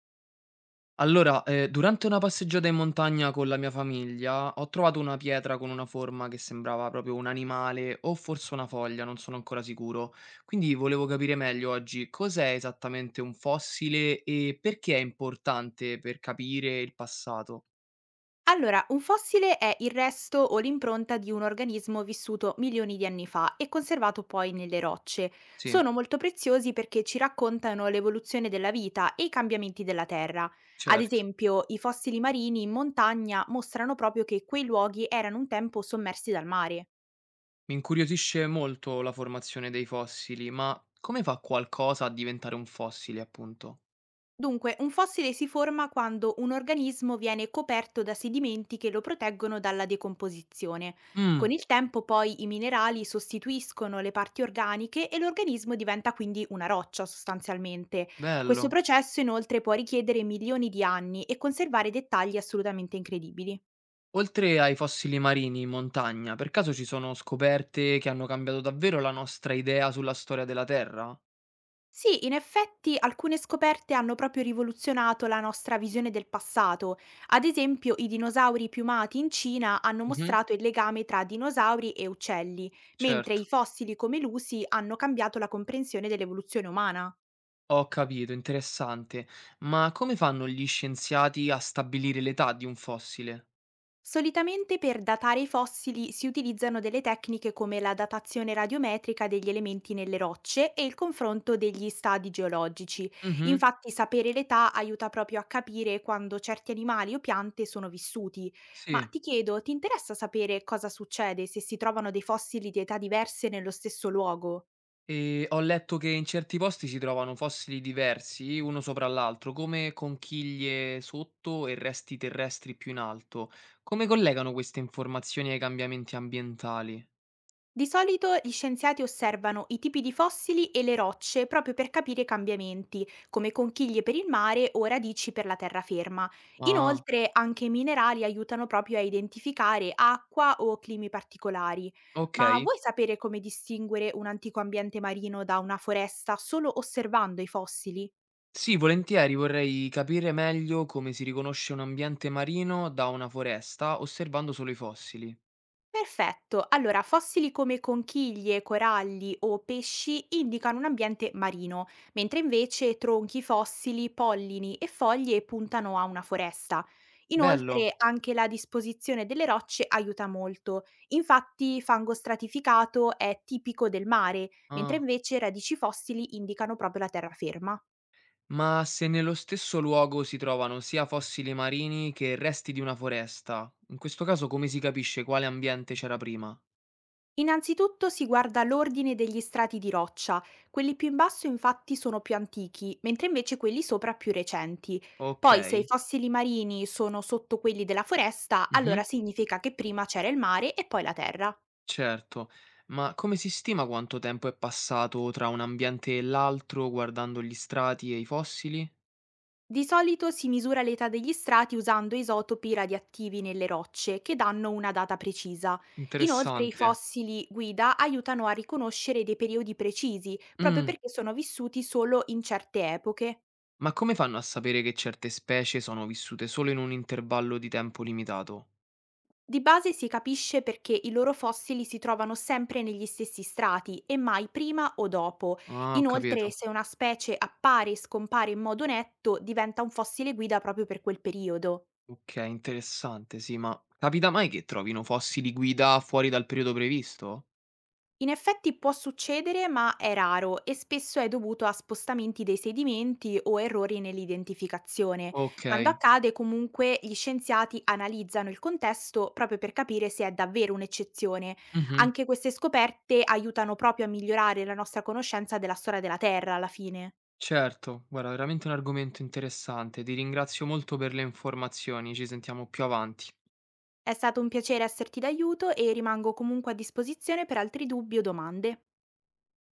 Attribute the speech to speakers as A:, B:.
A: Allora, durante una passeggiata in montagna con la mia famiglia, ho trovato una pietra con una forma che sembrava proprio un animale o forse una foglia, non sono ancora sicuro. Quindi volevo capire meglio oggi cos'è esattamente un fossile e perché è importante per capire il passato.
B: Allora, un fossile è il resto o l'impronta di un organismo vissuto milioni di anni fa e conservato poi nelle rocce.
A: Sì,
B: Sono molto preziosi perché ci raccontano l'evoluzione della vita e i cambiamenti della Terra. Ad
A: certo.
B: esempio, i fossili marini in montagna mostrano proprio che quei luoghi erano un tempo sommersi dal mare.
A: Mi incuriosisce molto la formazione dei fossili, ma come fa qualcosa a diventare un fossile, appunto?
B: Dunque, un fossile si forma quando un organismo viene coperto da sedimenti che lo proteggono dalla decomposizione.
A: Mmm,
B: Con il tempo poi i minerali sostituiscono le parti organiche e l'organismo diventa quindi una roccia sostanzialmente. Questo
A: bello.
B: processo inoltre può richiedere milioni di anni e conservare dettagli assolutamente incredibili.
A: Oltre ai fossili marini in montagna, per caso ci sono scoperte che hanno cambiato davvero la nostra idea sulla storia della Terra?
B: Sì, in effetti alcune scoperte hanno proprio rivoluzionato la nostra visione del passato. Ad esempio, i dinosauri piumati in Cina hanno
A: Mhm.
B: mostrato il legame tra dinosauri e uccelli, mentre
A: Certo,
B: i fossili come l'usi hanno cambiato la comprensione dell'evoluzione umana.
A: ho capito, interessante. Ma come fanno gli scienziati a stabilire l'età di un fossile?
B: Solitamente per datare i fossili si utilizzano delle tecniche come la datazione radiometrica degli elementi nelle rocce e il confronto degli stadi geologici.
A: Mhm.
B: Infatti sapere l'età aiuta proprio a capire quando certi animali o piante sono vissuti. Ma
A: Sì,
B: ti chiedo, ti interessa sapere cosa succede se si trovano dei fossili di età diverse nello stesso luogo?
A: e ho letto che in certi posti si trovano fossili diversi, uno sopra l'altro, come conchiglie sotto e resti terrestri più in alto. Come collegano queste informazioni ai cambiamenti ambientali?
B: Di solito gli scienziati osservano i tipi di fossili e le rocce proprio per capire i cambiamenti, come conchiglie per il mare o radici per la terraferma.
A: Ah,
B: Inoltre anche i minerali aiutano proprio a identificare acqua o climi particolari.
A: ok.
B: Ma vuoi sapere come distinguere un antico ambiente marino da una foresta solo osservando i fossili?
A: Sì, volentieri vorrei capire meglio come si riconosce un ambiente marino da una foresta osservando solo i fossili.
B: Perfetto, allora fossili come conchiglie, coralli o pesci indicano un ambiente marino, mentre invece tronchi fossili, pollini e foglie puntano a una foresta.
A: Bello.
B: Inoltre anche la disposizione delle rocce aiuta molto, infatti fango stratificato è tipico del mare, mentre
A: Ah,
B: invece radici fossili indicano proprio la terraferma.
A: ma se nello stesso luogo si trovano sia fossili marini che resti di una foresta, in questo caso come si capisce quale ambiente c'era prima?
B: Innanzitutto si guarda l'ordine degli strati di roccia, quelli più in basso infatti sono più antichi, mentre invece quelli sopra più recenti.
A: Ok.
B: Poi se i fossili marini sono sotto quelli della foresta,
A: Mhm.
B: allora significa che prima c'era il mare e poi la terra.
A: Certo, ma come si stima quanto tempo è passato tra un ambiente e l'altro guardando gli strati e i fossili?
B: Di solito si misura l'età degli strati usando isotopi radioattivi nelle rocce, che danno una data precisa. Inoltre i
A: Interessante.
B: fossili guida aiutano a riconoscere dei periodi precisi, proprio
A: Mm.
B: perché sono vissuti solo in certe epoche.
A: Ma come fanno a sapere che certe specie sono vissute solo in un intervallo di tempo limitato?
B: Di base si capisce perché i loro fossili si trovano sempre negli stessi strati e mai prima o dopo.
A: Ah, ho
B: Inoltre,
A: capito.
B: se una specie appare e scompare in modo netto, diventa un fossile guida proprio per quel periodo.
A: Ok, interessante, sì, ma capita mai che trovino fossili guida fuori dal periodo previsto?
B: In effetti può succedere, ma è raro e spesso è dovuto a spostamenti dei sedimenti o errori nell'identificazione.
A: Ok.
B: Quando accade, comunque, gli scienziati analizzano il contesto proprio per capire se è davvero un'eccezione.
A: Mhm.
B: Anche queste scoperte aiutano proprio a migliorare la nostra conoscenza della storia della Terra alla fine.
A: Certo, guarda, veramente un argomento interessante. Ti ringrazio molto per le informazioni, ci sentiamo più avanti.
B: È stato un piacere esserti d'aiuto e rimango comunque a disposizione per altri dubbi o domande.